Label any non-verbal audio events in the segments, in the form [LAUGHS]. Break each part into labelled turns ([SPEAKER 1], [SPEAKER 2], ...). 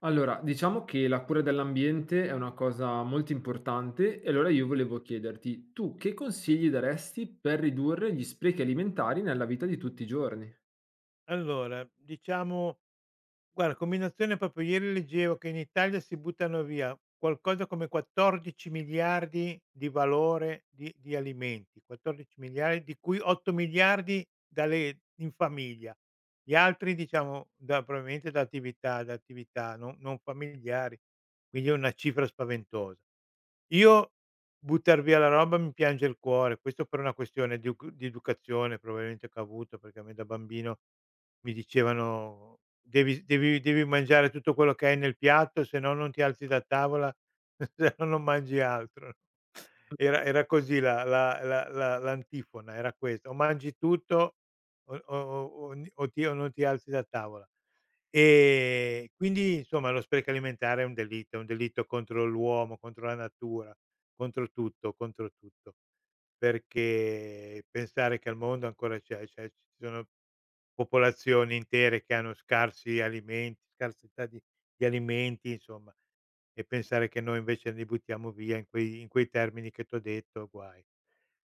[SPEAKER 1] Allora, diciamo che la cura dell'ambiente è una cosa molto importante e allora io volevo chiederti, tu che consigli daresti per ridurre gli sprechi alimentari nella vita di tutti i giorni?
[SPEAKER 2] Allora, diciamo guarda combinazione proprio ieri leggevo che in Italia si buttano via qualcosa come 14.000.000.000 di valore di alimenti, 14.000.000.000 di cui 8.000.000.000 dalle in famiglia. Gli altri diciamo da probabilmente da attività non familiari, quindi è una cifra spaventosa. Io, buttar via la roba, mi piange il cuore, questo per una questione di educazione probabilmente che ho avuto, perché a me da bambino mi dicevano: "Devi mangiare tutto quello che hai nel piatto, se no non ti alzi da tavola, [LAUGHS] se no non mangi altro." Era così la la la la l'antifona, era questa: o mangi tutto o o o o non ti alzi da tavola. Quindi insomma lo spreco alimentare è un delitto contro l'uomo, contro la natura, contro tutto, contro tutto. Perché pensare che al mondo ancora c'è c'è ci sono popolazioni intere che hanno scarsità di alimenti, insomma, e pensare che noi invece li buttiamo via in quei termini che t'ho detto, guai.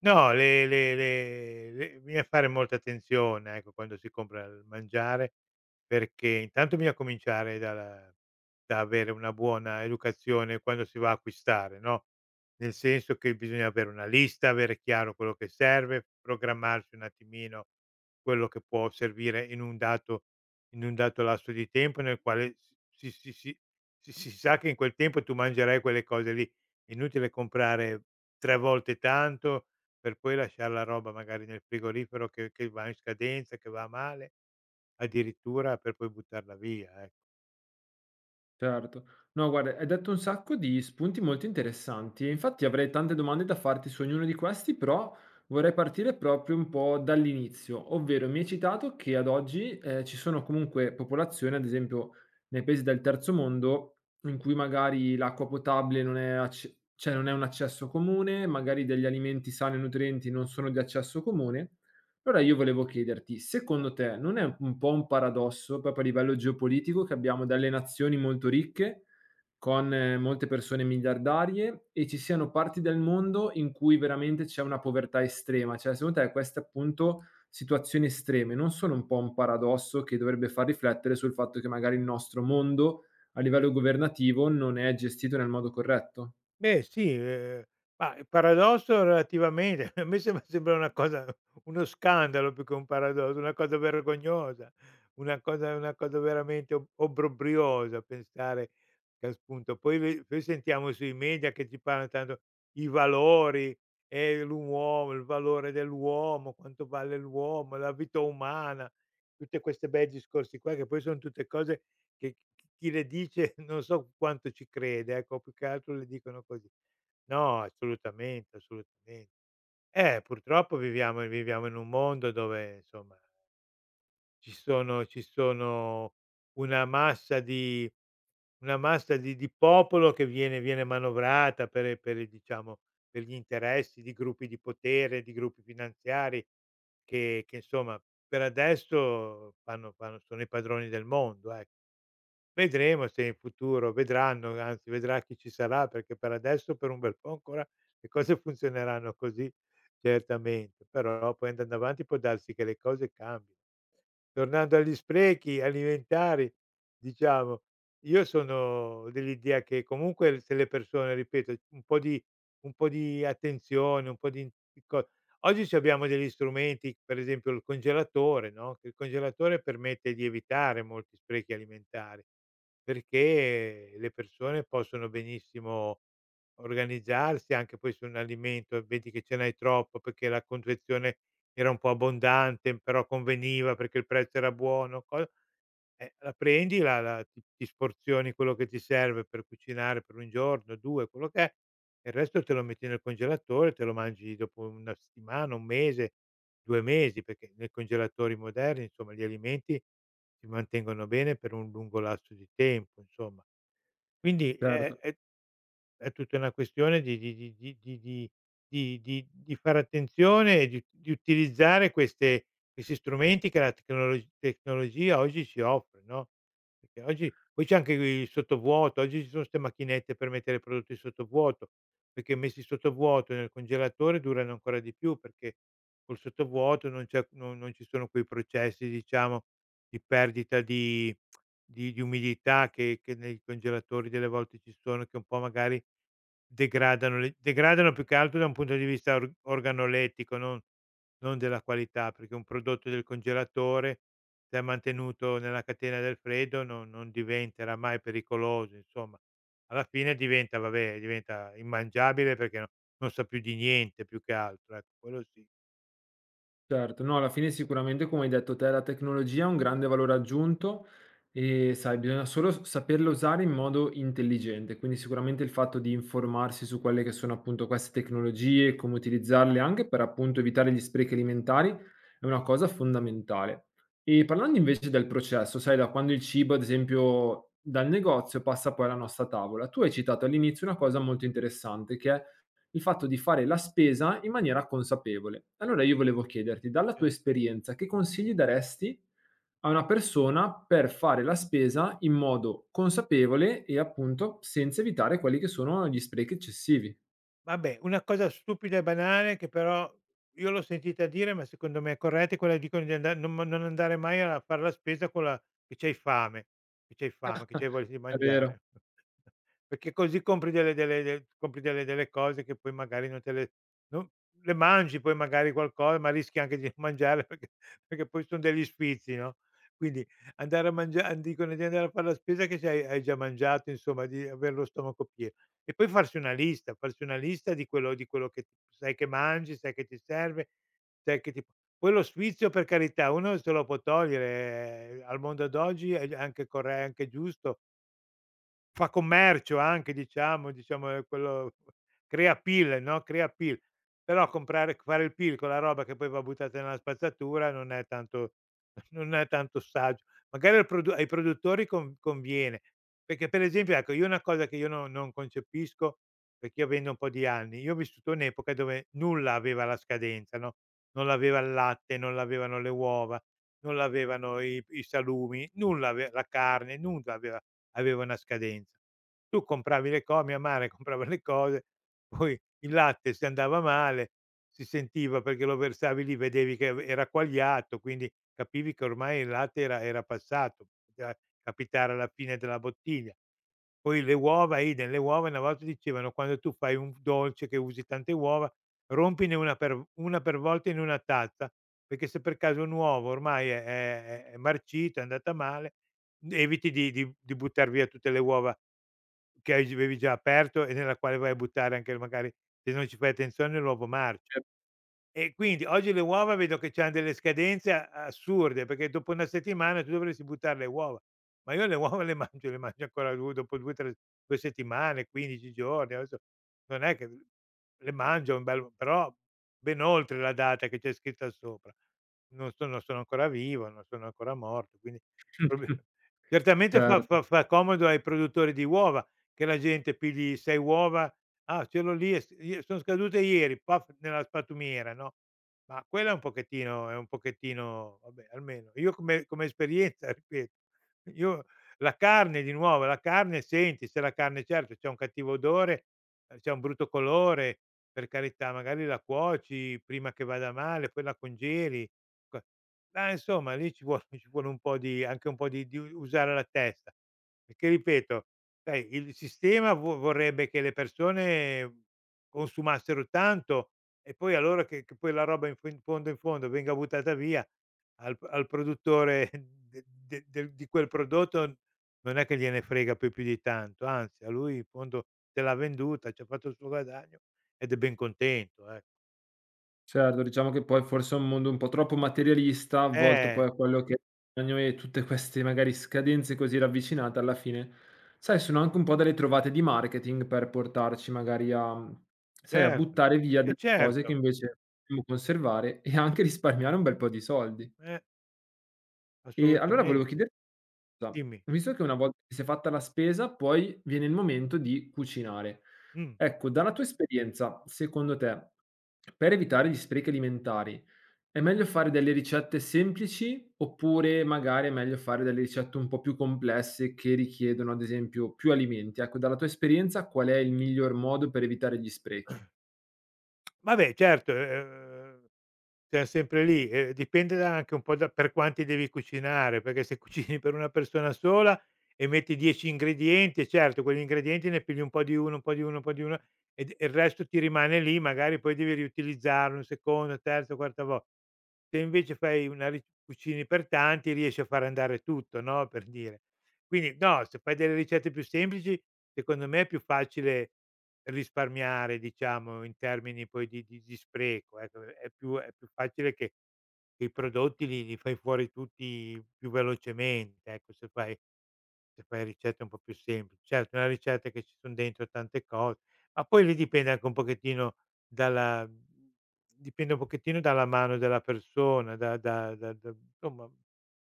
[SPEAKER 2] No, le bisogna fare molta attenzione, ecco, quando si compra il mangiare, perché intanto bisogna cominciare dalla da avere una buona educazione quando si va a acquistare, no, nel senso che bisogna avere una lista, avere chiaro quello che serve, programmarsi un attimino quello che può servire in un dato lasso di tempo nel quale si si si si sa che in quel tempo tu mangerai quelle cose lì. È inutile comprare 3 volte tanto per poi lasciar la roba magari nel frigorifero che va in scadenza, che va male, addirittura per poi buttarla via. E
[SPEAKER 1] Certo. No, guarda, hai detto un sacco di spunti molto interessanti e infatti avrei tante domande da farti su ognuno di questi, però vorrei partire proprio un po' dall'inizio, ovvero mi hai citato che ad oggi ci sono comunque popolazioni, ad esempio nei paesi del terzo mondo, in cui magari l'acqua potabile non è, cioè non è un accesso comune, magari degli alimenti sani e nutrienti non sono di accesso comune. Allora io volevo chiederti, secondo te non è un po' un paradosso, proprio a livello geopolitico, che abbiamo delle nazioni molto ricche, con molte persone miliardarie, e ci siano parti del mondo in cui veramente c'è una povertà estrema? Cioè, secondo te queste appunto situazioni estreme non sono un po' un paradosso che dovrebbe far riflettere sul fatto che magari il nostro mondo a livello governativo non è gestito nel modo corretto?
[SPEAKER 2] beh sì, ma il paradosso relativamente, [LAUGHS] a me sembra una cosa, uno scandalo più che un paradosso, una cosa vergognosa, una cosa veramente ob obbrobriosa, pensare che appunto poi ve poi sentiamo sui media che ci parlano tanto i valori, e l'uomo, il valore dell'uomo, quanto vale l'uomo, la vita umana, tutte queste bei discorsi qua che poi son tutte cose che, c chi le dice, [LAUGHS] non so quanto ci crede, ecco, più che altro le dicono così. No, assolutamente, assolutamen eh, purtroppo viviamo in un mondo dove insomma ci sono una massa di una massa di popolo che viene manovrata per diciamo, per gli interessi di gruppi di potere, di gruppi finanziari che insomma per adesso fanno fanno sono i padroni del mondo. Ec Vedremo se in futuro vedranno, anzi vedrà chi ci sarà, perché per adesso, per un bel po' ancora, le cose funzioneranno così certamente, però poi andando avanti può darsi che le cose cambi. Tornando agli sprechi alimentari, diciamo, io sono dell'idea che comunque se le persone, ripeto, un po' di attenzione, un po' di co oggi c'abbiamo degli strumenti, per esempio il congelatore, no, che il congelatore permette di evitare molti sprechi alimentari, perché le persone possono benissimo organizzarsi anche poi su un alimento, vedi che ce n'hai troppo perché la confezione era un po' abbondante, però conveniva perché il prezzo era buono, co la prendi, la la ti ti sporzioni quello che ti serve per cucinare per 1 giorno, 2, quello che è, e il resto te lo metti nel congelatore, te lo mangi dopo 1 settimana, 1 mese, 2 mesi, perché nei congelatori moderni, insomma, gli alimenti si mantengono bene per un lungo lasso di tempo, insomma. Quindi,
[SPEAKER 1] Certo.
[SPEAKER 2] è tutta una questione di fare attenzione e di utilizzare queste questi strumenti che la tecnologia oggi ci offre, no, perché oggi poi c'è anche il sottovuoto, oggi ci sono 'ste macchinette per mettere i prodotti sottovuoto, perché messi sottovuoto nel congelatore durano ancora di più, perché col sottovuoto non c'è non non ci sono quei processi, diciamo, di perdita di umidità che nei congelatori delle volte ci sono, che un po' magari degradano. Le degradano più che altro da un punto di vista or organolettico, non non della qualità, perché un prodotto del congelatore, se è mantenuto nella catena del freddo, non diventerà mai pericoloso, insomma. Alla fine diventa, vabbè, diventa immangiabile perché non sa più di niente, più che altro, ecco, quello sì.
[SPEAKER 1] Certo, no, alla fine sicuramente come hai detto te la tecnologia ha un grande valore aggiunto e sai, bisogna solo saperla usare in modo intelligente, quindi sicuramente il fatto di informarsi su quelle che sono appunto queste tecnologie, come utilizzarle anche per appunto evitare gli sprechi alimentari è una cosa fondamentale. E parlando invece del processo, sai, da quando il cibo, ad esempio, dal negozio passa poi alla nostra tavola, tu hai citato all'inizio una cosa molto interessante che è il fatto di fare la spesa in maniera consapevole. Allora io volevo chiederti, dalla tua
[SPEAKER 2] Cer
[SPEAKER 1] esperienza, che consigli daresti a una persona per fare la spesa in modo consapevole e appunto senza evitare quelli che sono gli sprechi eccessivi?
[SPEAKER 2] Vabbè, una cosa stupida e banale che però io l'ho sentita dire, ma secondo me è corretta, è quella che dicono, di anda non ma non andare mai a far la spesa con la che c'hai fame, che c'hai fame, che
[SPEAKER 1] [LAUGHS]
[SPEAKER 2] c'hai voglia di
[SPEAKER 1] È vero,
[SPEAKER 2] mangiare. [LAUGHS] Perché così compri delle delle del compri delle delle cose che poi magari non te le, non le mangi, poi magari qualcosa, ma rischi anche di [LAUGHS] non mangiarle perché, perché poi son degli sfizi, no, quindi andare a mangia dicono di andare a far la spesa che c'hai, hai già mangiato, insomma, di aver lo stomaco pie e poi farsi una lista di quello che sai che mangi, sai che ti serve, sai che ti poi lo sfizio, per carità, uno se lo può togliere, al mondo d'oggi è anche corre è anche giusto. Fa commercio anche, diciamo diciamo, quello crea appeal, no, crea appeal. Però comprare, fare il PIL con la roba che poi va buttata nella spazzatura non è tanto [LAUGHS] non è tanto saggio. Magari al produ ai produttori con conviene, perché per esempio, ecco, io una cosa che io no, non concepisco, perché io vendo un po' di anni, io ho vissuto un'epoca dove nulla aveva la scadenza, no, non l'aveva il latte, non l'avevano le uova, non l'avevano i salumi, nulla ave la carne, nulla aveva aveva una scadenza. Tu compravi le co Mia madre [LAUGHS] comprava le cose, poi il latte, se andava male, si sentiva perché lo versavi lì, vedevi che ave era quagliato, quindi capivi che ormai il latte era passato, poteva capitare alla fine della bottiglia. Poi le uova, idem, le uova una volta dicevano: "Quando tu fai un dolce che usi tante uova, rompine una per volta in una tazza, perché se per caso un uovo ormai è marcito, è andata male. Eviti di buttar via tutte le uova che avevi già aperto e nella quale vai a buttare anche, magari, se non ci fai attenzione, l'uovo marcio.
[SPEAKER 1] è
[SPEAKER 2] E quindi oggi le uova vedo che c'han delle scadenze a assurde, perché dopo 1 settimana tu dovresti buttar le uova, ma io le uova le [LAUGHS] mangio ancora du dopo 2, 3, 2 settimane, 15 giorni, adesso non è che le mangio un bel però ben oltre la data che c'è scritta sopra. Non sono Sono ancora vivo, non sono ancora morto, quindi prob
[SPEAKER 1] [LAUGHS]
[SPEAKER 2] [LAUGHS] certamente fa
[SPEAKER 1] certo.
[SPEAKER 2] fa fa comodo ai produttori di uova che la gente pigli 6 uova. Ah, ce l'ho lì e s ie son scadute ieri, paf, nella spatumiera, no, ma quella è un pochettino, è un pochettino, vabbè, almeno io, come come esperienza, [LAUGHS] ripeto, io la carne, di nuovo, la carne, senti se la carne, certo, c'ha un cattivo odore, c'ha un brutto colore, per carità, magari la cuoci prima che vada male, poi la congeli, que ma insomma lì ci vuole [LAUGHS] ci vuole un po' di, anche un po' di usare la testa, perché ripeto, sai, il sistema vo vorrebbe che le persone consumassero tanto, e poi allora che poi la roba in fo in fondo venga buttata via, al produttore [LAUGHS] de de del di quel prodotto non è che gliene frega poi più di tanto, anzi a lui in fondo te l'ha venduta, ci ha fatto il suo guadagno ed è ben contento, ecco.
[SPEAKER 1] Certo, diciamo che poi forse è un mondo un po' troppo materialista, avvolto
[SPEAKER 2] Eh,
[SPEAKER 1] poi a quello che è il bisogno e tutte queste magari scadenze così ravvicinate alla fine, sai, sono anche un po' delle trovate di marketing per portarci magari a, sai, a
[SPEAKER 2] certo.
[SPEAKER 1] buttare via delle cose che
[SPEAKER 2] Certo.
[SPEAKER 1] invece dobbiamo conservare e anche risparmiare un bel po' di soldi.
[SPEAKER 2] Eh,
[SPEAKER 1] E allora
[SPEAKER 2] assolutamen
[SPEAKER 1] volevo chieder Sa,
[SPEAKER 2] dimmi.
[SPEAKER 1] visto che una volta che si è fatta la spesa, poi viene il momento di cucinare.
[SPEAKER 2] Mh.
[SPEAKER 1] Ecco, dalla tua esperienza, secondo te, per evitare gli sprechi alimentari, è meglio fare delle ricette semplici oppure magari è meglio fare delle ricette un po' più complesse che richiedono, ad esempio, più alimenti? Ecco, dalla tua esperienza qual è il miglior modo per evitare gli sprechi?
[SPEAKER 2] Vabbè, certo, cioè sempre lì, dipende da anche un po' da per quanti devi cucinare, perché se [LAUGHS] cucini per una persona sola e metti 10 ingredienti, e certo quegli ingredienti ne pigli un po' di uno, un po' di uno, un po' di uno, ed e il resto ti rimane lì, magari poi devi riutilizzarlo un secondo, terzo, quarta vo se invece fai una ri cucini per tanti, riesci a far andare tutto, no, per dire. Quindi no, se fai delle ricette più semplici, secondo me è più facile risparmiare, diciamo in termini poi di spreco, ecco, è più, è più facile che i prodotti li fai fuori tutti più velocemente, ecco, se fai, se fai ricette un po' più semplici. Certo, è una ricetta che ci son dentro tante cose, ma poi lì dipende anche un pochettino dalla, dipende un pochettino dalla mano della persona, da da da da insomma,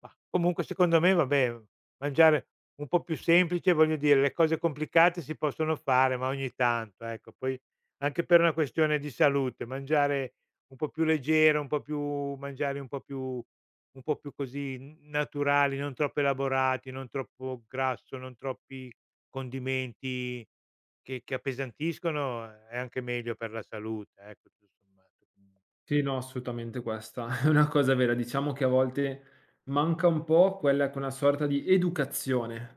[SPEAKER 2] mah, comunque secondo me, vabbè, mangiare un po' più semplice, voglio dire, le cose complicate si possono fare, ma ogni tanto, ecco. Poi anche per una questione di salute, mangiare un po' più leggero, un po' più, un po' più così n naturali, non troppo elaborati, non troppo grasso, non troppi condimenti che appesantiscono, è anche meglio per la salute, ecco, tutto sommato.
[SPEAKER 1] Sì, no, assolutamente questa [LAUGHS] è una cosa vera. Diciamo che a volte manca un po' quella che è una sorta di educazione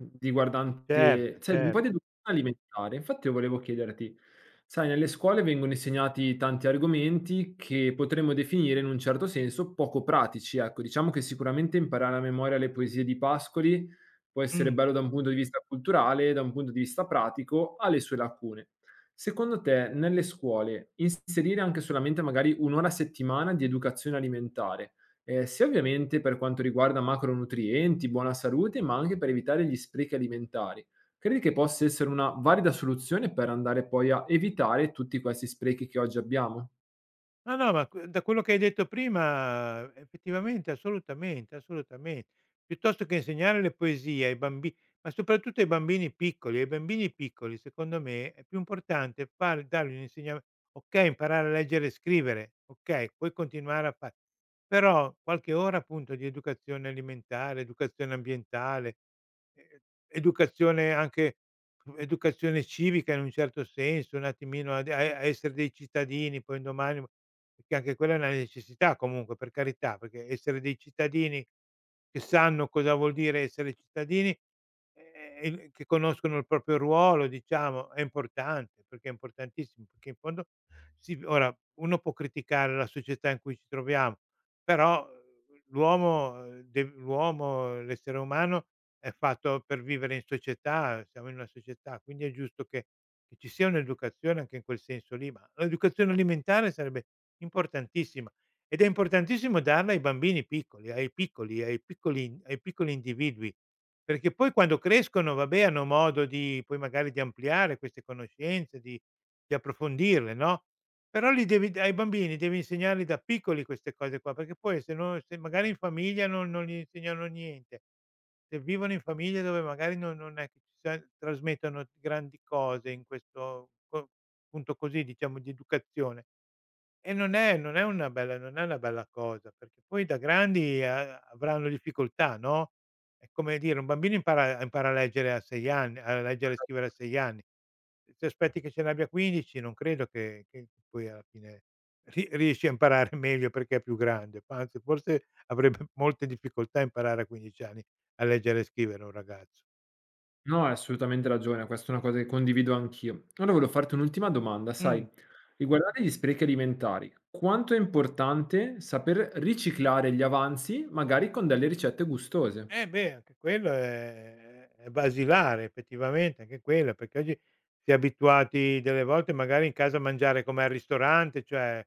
[SPEAKER 2] Certo,
[SPEAKER 1] riguardante, cioè un
[SPEAKER 2] cer
[SPEAKER 1] po' di educazione alimentare. Infatti io volevo chiederti, sai, nelle scuole vengono insegnati tanti argomenti che potremmo definire in un certo senso poco pratici, ecco. Diciamo che sicuramente imparare a memoria le poesie di Pascoli può essere
[SPEAKER 2] mh.
[SPEAKER 1] bello da un punto di vista culturale, da un punto di vista pratico, ha le sue lacune. Secondo te, nelle scuole, inserire anche solamente magari 1 ora a settimana di educazione alimentare, sia ovviamente per quanto riguarda macronutrienti, buona salute, ma anche per evitare gli sprechi alimentari, credi che possa essere una valida soluzione per andare poi a evitare tutti questi sprechi che oggi abbiamo?
[SPEAKER 2] No, no, ma que da quello che hai detto prima, effettivamente, assolutamente, assolutamente. Piuttosto che insegnare le poesie ai bambi ma soprattutto ai bambini piccoli. Ai bambini piccoli secondo me è più importante far dargli un insegna okay, imparare a leggere e scrivere, okay, puoi continuare a fa però qualche ora appunto di educazione alimentare, educazione ambientale, ehm, educazione anche, educazione civica, in un certo senso, un attimino ad a essere dei cittadini, poi un domani, perché anche quella è una necessità comunque, per carità, perché essere dei cittadini che sanno cosa vuol dire essere cittadini, e che conoscono il proprio ruolo, diciamo, è importante, perché è importantissimo, perché in fondo sì, ora uno può criticare la società in cui ci troviamo, però, l'uomo, dev l'uomo, l'essere umano è fatto per vivere in società, siamo in una società, quindi è giusto che ci sia un'educazione anche in quel senso lì, ma l'educazione alimentare sarebbe importantissima, ed è importantissimo darla ai bambini piccoli, ai piccoli, ai piccoli individui, perché poi quando crescono, vabbè, hanno modo di poi magari di ampliare queste conoscenze, di approfondirle, no, però li devi ai bambini devi insegnarli da piccoli queste cose qua, perché poi se no, se magari in famiglia non, non gli insegnano niente, se vivono in famiglie dove magari non, non è che ci sia, trasmettono grandi cose in questo co punto, così diciamo, di educazione. E non è, non è una bella cosa, perché poi da grandi a avranno difficoltà, no, è come dire, un bambino impara a leggere a 6 anni, a leggere e scrivere a 6 anni. Se ti aspetti che ce n'abbia 15, non credo che poi alla fine ri riesci a imparare [LAUGHS] meglio perché è più grande, anzi forse avrebbe molte difficoltà a imparare a 15 anni a leggere e scrivere un ragazzo.
[SPEAKER 1] No, hai assolutamente ragione, questa è una cosa che condivido anch'io. Allora volevo farti un'ultima domanda, sai,
[SPEAKER 2] Mh.
[SPEAKER 1] riguardante gli sprechi alimentari, quanto è importante saper riciclare gli avanzi, magari con delle ricette gustose?
[SPEAKER 2] Eh, beh, anche quello è basilare, effettivamente, anche quello, perché oggi si è abituati delle volte, magari, in casa, a mangiare come al ristorante, cioè,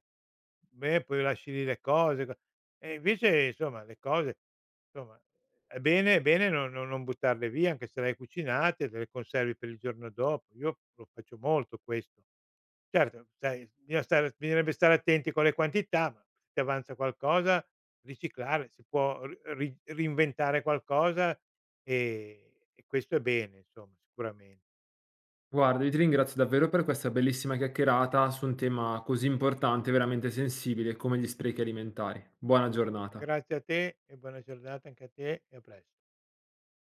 [SPEAKER 2] beh, poi lasci lì le cose, co e invece insomma le cose, insomma, è bene, è bene non, non buttarle via anche se le hai cucinate, te le conservi per il giorno dopo. Io lo faccio molto, questo. Certo, sai, bisogna stare, bisognerebbe stare attenti con le quantità, ma se ti avanza qualcosa, riciclare, si può ri ri reinventare qualcosa, e questo è bene, insomma, sicuramente.
[SPEAKER 1] Guarda, io ti ringrazio davvero per questa bellissima chiacchierata su un tema così importante, veramente sensibile come gli sprechi alimentari. Buona giornata.
[SPEAKER 2] Grazie a te, e buona giornata anche a te e a pres